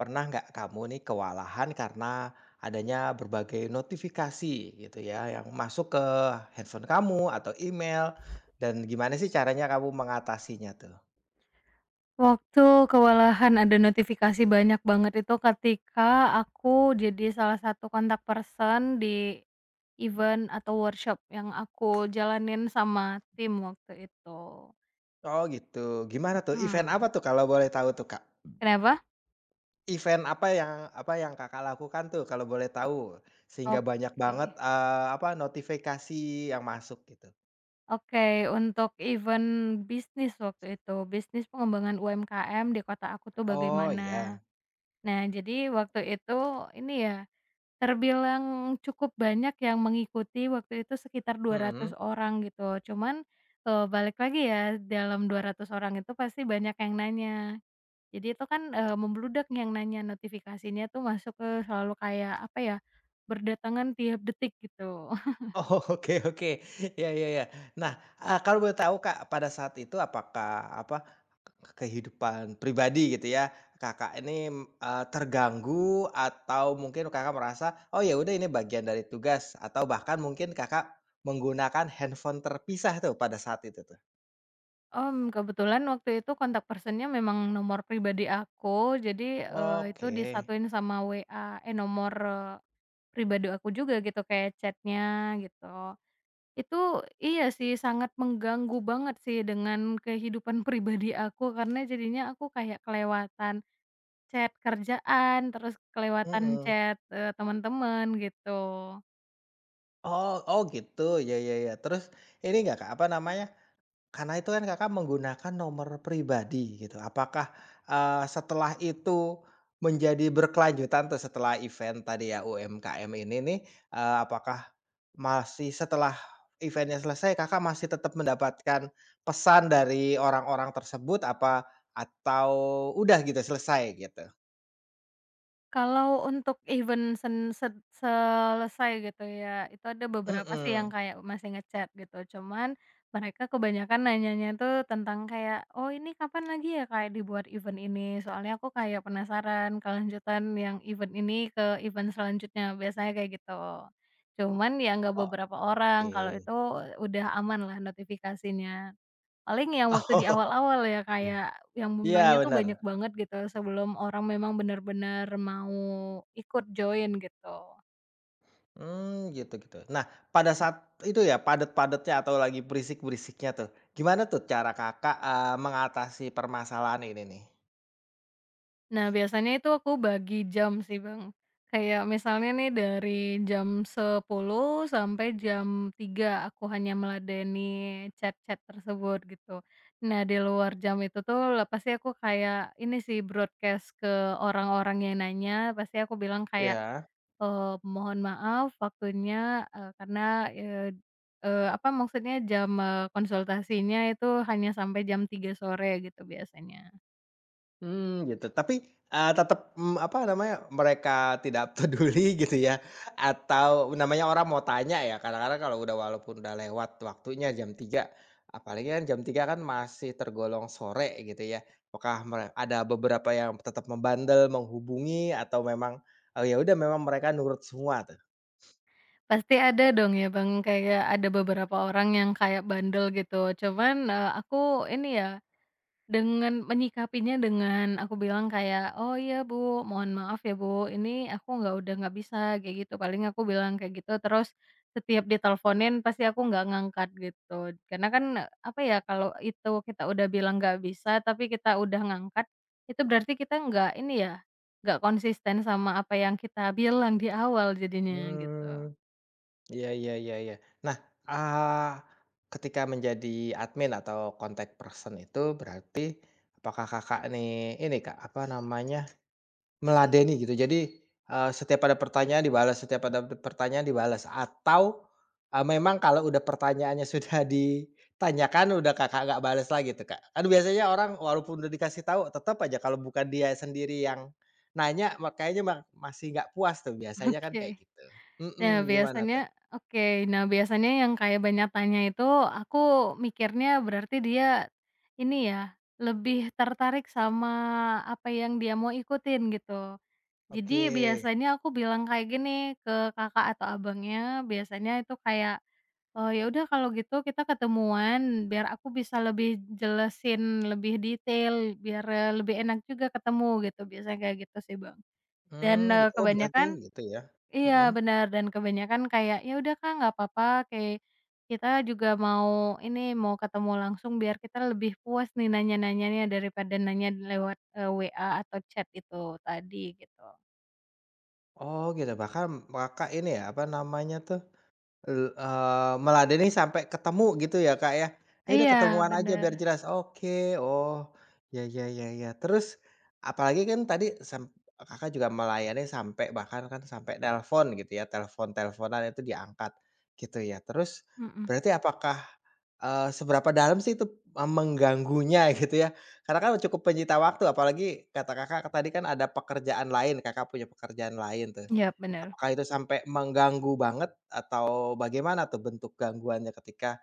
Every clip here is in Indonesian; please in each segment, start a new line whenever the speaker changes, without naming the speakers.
Pernah nggak kamu nih kewalahan karena adanya berbagai notifikasi gitu ya yang masuk ke handphone kamu atau email dan gimana sih caranya kamu mengatasinya tuh?
Waktu kewalahan ada notifikasi banyak banget itu ketika aku jadi salah satu kontak person di event atau workshop yang aku jalanin sama tim waktu itu.
Oh gitu. Gimana tuh, event apa
Mhm.
tuh kalau boleh tahu tuh, Kak?
Kenapa?
Event apa yang Kakak lakukan tuh kalau boleh tahu? Sehingga banyak banget,
Oke.
apa, notifikasi yang masuk gitu.
Oke, untuk event bisnis waktu itu, bisnis pengembangan UMKM di kota aku tuh
Oh
bagaimana.
iya,
Nah, jadi waktu itu ini ya terbilang cukup banyak yang mengikuti waktu itu sekitar dua ratus
mhm.
orang gitu cuman, balik lagi ya dalam 200 orang itu pasti banyak yang nanya. Jadi itu kan, membludak yang nanya notifikasinya tuh masuk ke selalu kayak apa ya, berdatangan tiap detik gitu.
Oh, oke oke. Ya ya ya. Nah, kalau boleh tahu, Kak, pada saat itu apakah apa, kehidupan pribadi gitu ya, Kakak ini, terganggu atau mungkin Kakak merasa, "Oh ya udah ini bagian dari tugas," atau bahkan mungkin Kakak menggunakan handphone terpisah tuh pada saat itu tuh?
Kebetulan waktu itu kontak person-nya memang nomor pribadi aku jadi, itu
Oke.
disatuin sama WA, eh, nomor, pribadi aku juga gitu kayak chat-nya gitu. Itu iya sih, sangat mengganggu banget sih dengan kehidupan pribadi aku, karena jadinya aku kayak kelewatan chat kerjaan, terus kelewatan
Mhm.
chat, teman-teman gitu.
Oh oh gitu. Ya ya ya. Terus ini nggak, Kak, apa namanya, karena itu kan Kakak menggunakan nomor pribadi gitu. Apakah, setelah itu menjadi berkelanjutan tuh setelah event tadi ya UMKM ini nih, apakah masih setelah eventnya selesai Kakak masih tetap mendapatkan pesan dari orang-orang tersebut apa atau udah gitu selesai gitu?
Kalau untuk event sen set selesai gitu ya, itu ada beberapa sih yang
Mhm,
kayak masih ngechat gitu, cuman mereka kebanyakan nanyanya tuh tentang kayak, "Oh ini kapan lagi ya kayak dibuat event ini? Soalnya aku kayak penasaran kelanjutan yang event ini ke event selanjutnya," biasanya kayak gitu. Cuman ya nggak beberapa orang, kalau
oke.
itu udah aman lah notifikasinya. Paling yang waktu di
Oh,
awal-awal ya, kayak yang
iya
nanya tuh banyak
benar.
banget gitu sebelum orang memang benar-benar mau ikut join gitu.
Hmm, gitu gitu. Nah, pada saat itu ya, padat-padatnya atau lagi berisik-berisiknya tuh, gimana tuh cara Kakak, mengatasi permasalahan ini nih?
Nah, biasanya itu aku bagi jam sih, Bang. Kayak misalnya nih dari jam 10 sampai jam 3 aku hanya meladeni chat-chat tersebut gitu. Nah, di luar jam itu tuh lah pasti aku kayak ini sih broadcast ke orang-orang yang nanya, pasti aku bilang kayak
Ya.
Mohon maaf waktunya, karena, eee eee, apa maksudnya jam, konsultasinya itu hanya sampai jam 3 sore gitu biasanya.
Mmm, gitu. Tapi, tetep, mmm, apa namanya, mereka tidak peduli gitu ya, atau namanya orang mau tanya ya, kadang-kadang kalau udah walaupun udah lewat waktunya jam 3, apalagi kan jam 3 kan masih tergolong sore gitu ya, apakah mere ada beberapa yang tetap membandel, menghubungi, atau memang, ya udah memang mereka nurut semua tuh?
Pasti ada dong ya Bang, kayak ada beberapa orang yang kayak bandel gitu, cuman, aku ini ya dengan menyikapinya dengan aku bilang kayak, "Oh iya Bu, mohon maaf ya Bu, ini aku nggak udah nggak bisa," kayak gitu. Paling aku bilang kayak gitu, terus setiap diteleponin pasti aku nggak ngangkat gitu. Karena kan, apa ya, kalau itu kita udah bilang nggak bisa, tapi kita udah ngangkat, itu berarti kita nggak ini ya, nggak konsisten sama apa yang kita bilang di awal jadinya gitu.
Mmm. Iya iya iya iya. Nah, eee, ketika menjadi admin atau contact person itu berarti apakah Kakak nih ini Kak, apa namanya, meladeni gitu? Jadi, setiap ada pertanyaan dibalas atau, memang kalau udah pertanyaannya sudah ditanyakan udah Kakak nggak balas lagi tuh Kak? Kan biasanya orang walaupun udah dikasih tahu tetap aja kalau bukan dia sendiri yang nanya, makanya masih nggak puas tuh biasanya kan kayak
Oke.
gitu.
Nah,
Mhm, gimana tuh?
biasanya oke. Nah, biasanya yang kayak banyak tanya itu, aku mikirnya berarti dia ini ya, lebih tertarik sama apa yang dia mau ikutin, gitu.
Oke,
Jadi biasanya aku bilang kayak gini ke kakak atau abangnya, biasanya itu kayak, ya udah kalau gitu kita ketemuan biar aku bisa lebih jelasin lebih detail, biar, lebih enak juga ketemu," gitu. Biasanya kayak gitu sih, Bang.
mmm,
Dan,
gitu. Oh berarti
kebanyakan.
gitu ya?
Iya
Mhm.
benar, dan kebanyakan kayak, "Ya udah Kak, nggak apa-apa," kayak kita juga mau ini, mau ketemu langsung biar kita lebih puas nih nanya-nanyanya daripada nanya lewat, WA atau chat itu tadi gitu.
Oh gitu, bahkan Kakak ini ya, apa namanya tuh, meladeni sampai ketemu gitu ya, Kak, ya? Ya udah
Iya
ketemuan aja
bener,
biar jelas, oke, oh, ya ya ya ya. Terus apalagi kan tadi Kakak juga melayani sampai bahkan kan sampai nelpon gitu ya, telepon-teleponan itu diangkat gitu ya. Terus
mhm,
berarti apakah seberapa dalam sih itu, mmm, mengganggunya gitu ya? Karena kan cukup penyita waktu apalagi kata Kakak tadi kan ada pekerjaan lain, Kakak punya pekerjaan lain tuh.
iya bener.
Apakah itu sampai mengganggu banget atau bagaimana tuh bentuk gangguannya ketika,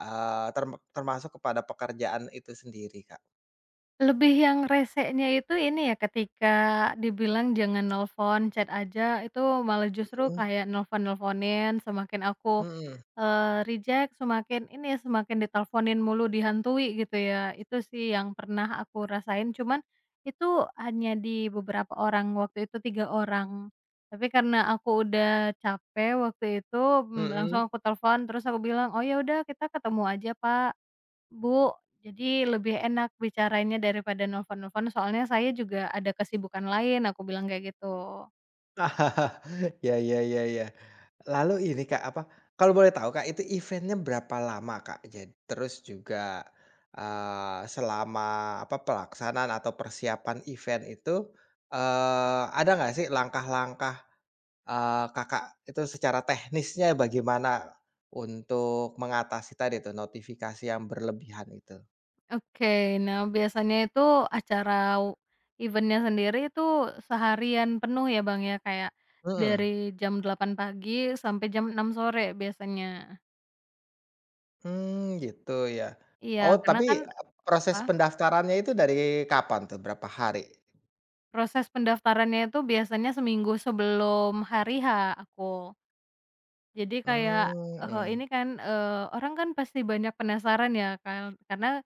eee, term termasuk kepada pekerjaan itu sendiri, Kak?
Lebih yang resenya itu ini ya, ketika dibilang jangan nelpon, chat aja, itu malah justru
Mhm,
kayak nelpon-nelponin, semakin aku,
mhm,
reject, semakin ini, semakin diteleponin mulu, dihantui gitu ya. Itu sih yang pernah aku rasain, cuman itu hanya di beberapa orang, waktu itu 3 orang. Tapi karena aku udah capek waktu itu,
mhm.
langsung aku telepon, terus aku bilang, "Oh ya udah kita ketemu aja Pak." Bu, jadi lebih enak bicarainnya daripada nelpon-nelpon soalnya saya juga ada kesibukan lain, aku bilang kayak gitu.
Ya ya. Iya iya. Lalu ini Kak, apa, kalau boleh tahu Kak, itu eventnya berapa lama Kak? Jadi terus juga, selama apa, pelaksanaan atau persiapan event itu, ada nggak sih langkah-langkah, Kakak itu secara teknisnya bagaimana untuk mengatasi tadi itu notifikasi yang berlebihan itu?
Oke, nah biasanya itu acara w event sendiri itu seharian penuh ya, Bang, ya? Kayak
Mhm,
dari jam 8 pagi sampai jam 6 sore biasanya?
mmm, gitu ya.
Iya,
Oh,
karena
tapi,
kan
proses
apa,
pendaftarannya itu dari kapan tuh? Berapa hari?
proses pendaftarannya itu biasanya seminggu sebelum hari H aku. Jadi kayak,
Hmm.
ini
Mhm.
kan, orang kan pasti banyak penasaran ya kan karena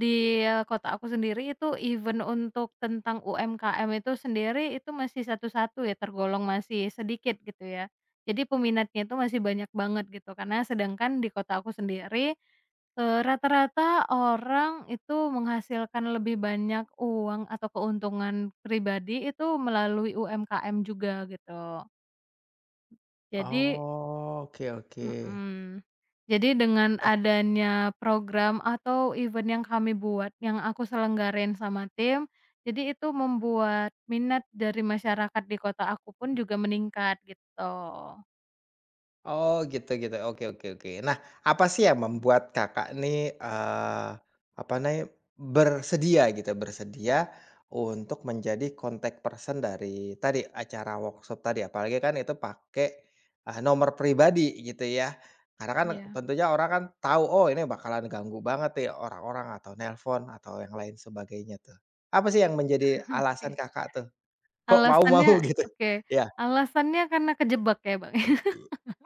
di kota aku sendiri itu event untuk tentang UMKM itu sendiri itu masih satu-satu ya, tergolong masih sedikit gitu ya. Jadi peminatnya itu masih banyak banget gitu, karena sedangkan di kota aku sendiri, rata-rata orang itu menghasilkan lebih banyak uang atau keuntungan pribadi itu melalui UMKM juga gitu. Jadi.
Oh, oke oke.
Mhm. Jadi dengan
Nah
adanya program atau event yang kami buat, yang aku selenggarain sama tim, jadi itu membuat minat dari masyarakat di kota aku pun juga meningkat gitu.
oh gitu gitu, oke oke oke. Nah, apa sih yang membuat Kakak nih, apa namanya, bersedia gitu, bersedia untuk menjadi contact person dari tadi, acara workshop tadi? Apalagi kan itu pakai, nomor pribadi gitu ya. Karena kan
Iya,
tentunya orang kan tahu, "Oh ini bakalan ganggu banget ya orang-orang atau nelpon," atau yang lain sebagainya tuh. Apa sih yang menjadi
oke.
alasan Kakak tuh, kok mau-mau
Alasannya
gitu?
oke,
Ya.
alasannya karena kejebak ya, Bang.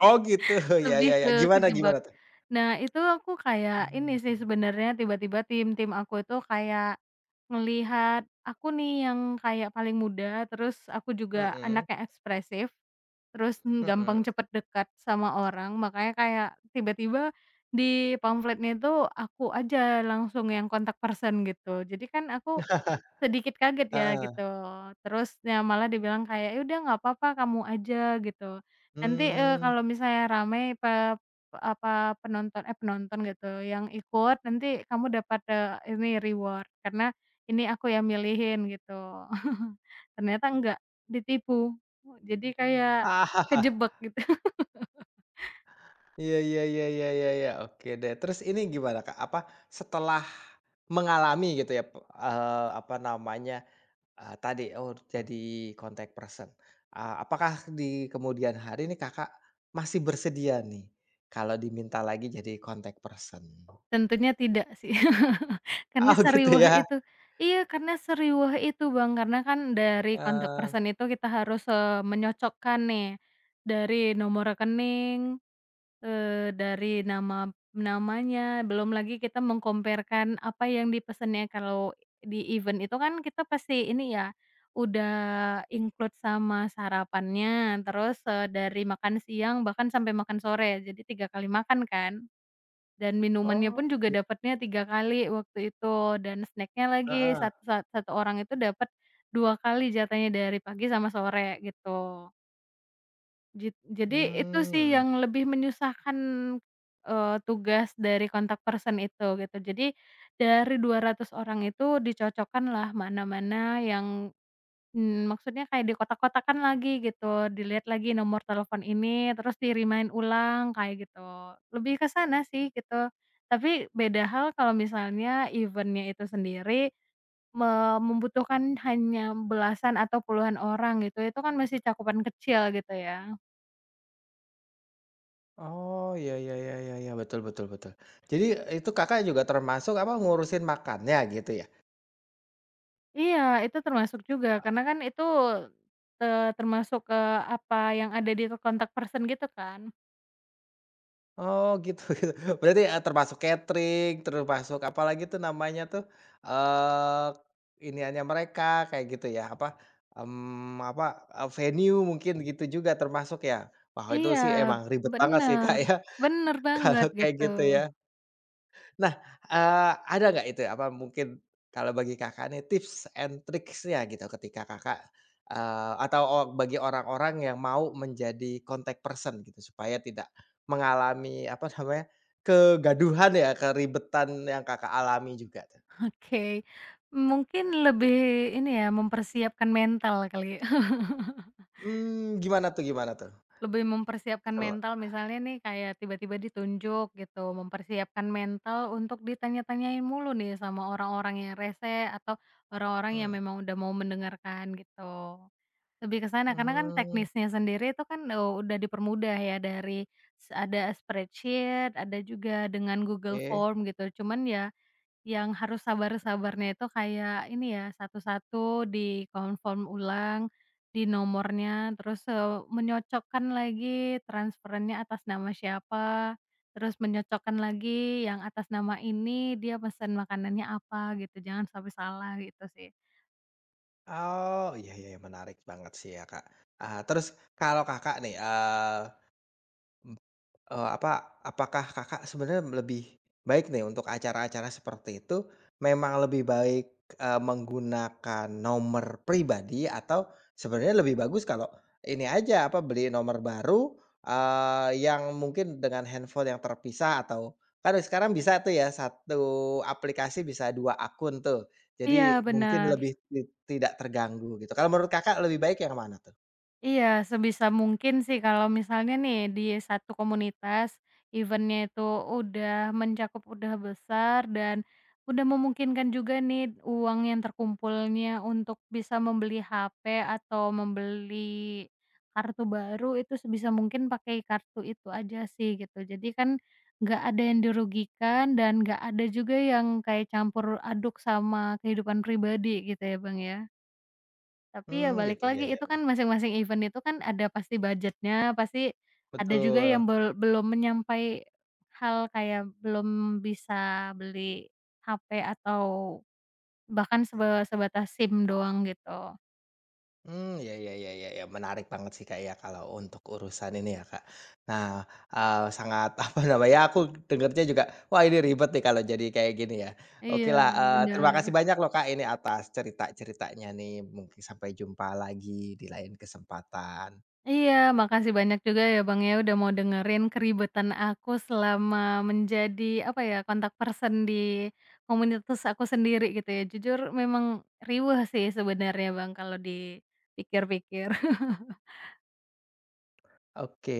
Oh gitu, ya
Lebih
ya ya,
ke
gimana
kejebak.
gimana tuh?
Nah, itu aku kayak ini sih sebenarnya tiba-tiba tim-tim aku itu kayak ngelihat aku nih yang kayak paling muda, terus aku juga
Mhm.
anaknya ekspresif, terus
Mhm
gampang
mhm.
cepet dekat sama orang, makanya kayak tiba-tiba di pamfletnya itu aku aja langsung yang kontak person gitu. Jadi kan aku sedikit kaget ya gitu,
Heeh.
terus ya malah dibilang kayak, "Ya udah nggak apa-apa kamu aja," gitu. Nanti,
Mmm.
kalau misalnya ramai pe pe- apa, penonton eh, penonton gitu, yang ikut nanti kamu dapat, ini reward karena ini aku yang milihin gitu. Ternyata enggak, ditipu. Jadi kayak kejebak gitu.
Iya iya iya iya iya iya, oke deh. Terus ini gimana, Kak, apa, setelah mengalami gitu ya, apa namanya, tadi, oh jadi contact person, apakah di kemudian hari nih Kakak masih bersedia nih kalau diminta lagi jadi contact person?
Tentunya tidak sih. Karena
Oh gitu
seriwah
ya?
itu iya, karena seriwah itu Bang, karena kan dari kontak
Eee,
person itu kita harus, menyocokkan nih, dari nomor rekening, dari namanya, belum lagi kita mengkomparkan apa yang dipesannya. Kalau di event itu kan kita pasti ini ya, udah include sama sarapannya, terus, dari makan siang bahkan sampai makan sore, jadi 3 kali makan kan. Dan minumannya
oh,
pun juga dapatnya 3 kali waktu itu, dan snack-nya lagi
heeh.
satu satu orang itu dapat 2 kali jatahnya dari pagi sama sore gitu. Jadi itu sih
Mmm.
yang lebih menyusahkan, tugas dari kontak person itu gitu. Jadi dari 200 orang itu dicocokkan lah mana-mana yang maksudnya kayak dikotak-kotakan lagi gitu, dilihat lagi nomor telepon ini, terus di-remind ulang kayak gitu. Lebih ke sana sih gitu. Tapi beda hal kalau misalnya event-nya itu sendiri me membutuhkan hanya belasan atau puluhan orang gitu, itu kan masih cakupan kecil gitu ya.
Oh, ya ya ya ya ya, betul betul betul. Jadi itu Kakak juga termasuk apa, ngurusin makannya gitu ya?
Iya, itu termasuk juga karena kan itu, termasuk ke apa yang ada di kontak person gitu kan.
Oh gitu gitu. Berarti, termasuk catering, termasuk apalagi tuh namanya tuh, eee, iniannya mereka kayak gitu ya, apa, mmm, apa, venue mungkin gitu juga termasuk ya? Wah itu
Iya,
sih emang ribet banget sih Kak
bener,
ya,
bener
kalau
banget
kayak
gitu.
gitu ya. Nah, ada nggak itu, ya, apa mungkin kalau bagi Kakak nih tips and tricksnya gitu ketika Kakak, atau bagi orang-orang yang mau menjadi contact person gitu supaya tidak mengalami apa namanya, kegaduhan ya, keribetan yang Kakak alami juga tuh?
Oke, mungkin lebih ini ya, mempersiapkan mental kali ya.
Mmm, gimana tuh gimana tuh?
Lebih mempersiapkan
Sela
mental misalnya nih kayak tiba-tiba ditunjuk gitu, mempersiapkan mental untuk ditanya-tanyain mulu nih sama orang-orang yang rese atau orang-orang yang
mhm,
memang udah mau mendengarkan gitu. Lebih ke sana karena kan
mmm,
teknisnya sendiri itu kan, udah dipermudah ya dari ada spreadsheet, ada juga dengan Google
oke.
Form gitu. Cuman ya yang harus sabar-sabarnya itu kayak ini ya, satu-satu di-confirm ulang, di nomornya, terus, menyocokkan lagi transferannya atas nama siapa, terus menyocokkan lagi yang atas nama ini dia pesan makanannya apa gitu, jangan sampai salah gitu sih.
Oh, iya iya, iya, menarik banget sih ya, Kak. Ah, terus kalau Kakak nih, eee Eee, apa apakah Kakak sebenarnya lebih baik nih untuk acara-acara seperti itu, memang lebih baik, menggunakan nomor pribadi atau sebenarnya lebih bagus kalau ini aja, apa, beli nomor baru, yang mungkin dengan handphone yang terpisah atau kan sekarang bisa tuh ya satu aplikasi bisa 2 akun tuh.
Iya
Jadi mungkin
benar.
lebih tidak terganggu gitu. Kalau menurut Kakak lebih baik yang mana tuh?
Iya, sebisa mungkin sih kalau misalnya nih di satu komunitas event itu udah mencakup udah besar dan udah memungkinkan juga nih uang yang terkumpulnya untuk bisa membeli HP atau membeli kartu baru itu sebisa mungkin pakai kartu itu aja sih gitu. Jadi kan nggak ada yang dirugikan dan nggak ada juga yang kayak campur aduk sama kehidupan pribadi gitu ya Bang ya. Tapi ya
Mmm, gitu,
balik
iya
lagi,
iya.
itu kan masing-masing event itu kan ada pasti budgetnya, pasti ada juga
Betul.
yang belum menyampai hal kayak belum bisa beli HP atau bahkan sebatas SIM doang gitu.
Hmm, ya ya ya ya ya, menarik banget sih, Kak, ya, kalau untuk urusan ini ya, Kak. Nah, sangat apa namanya, aku dengernya juga, wah ini ribet nih kalau jadi kayak gini ya.
Iya,
Okelah, terima
benar.
kasih banyak loh, Kak, ini atas cerita-ceritanya nih, mungkin sampai jumpa lagi di lain kesempatan.
Iya, makasih banyak juga ya Bang ya, udah mau dengerin keribetan aku selama menjadi, apa ya, kontak person di komunitas aku sendiri gitu ya. Jujur memang riweuh sih sebenarnya Bang, kalau dipikir-pikir.
Oke.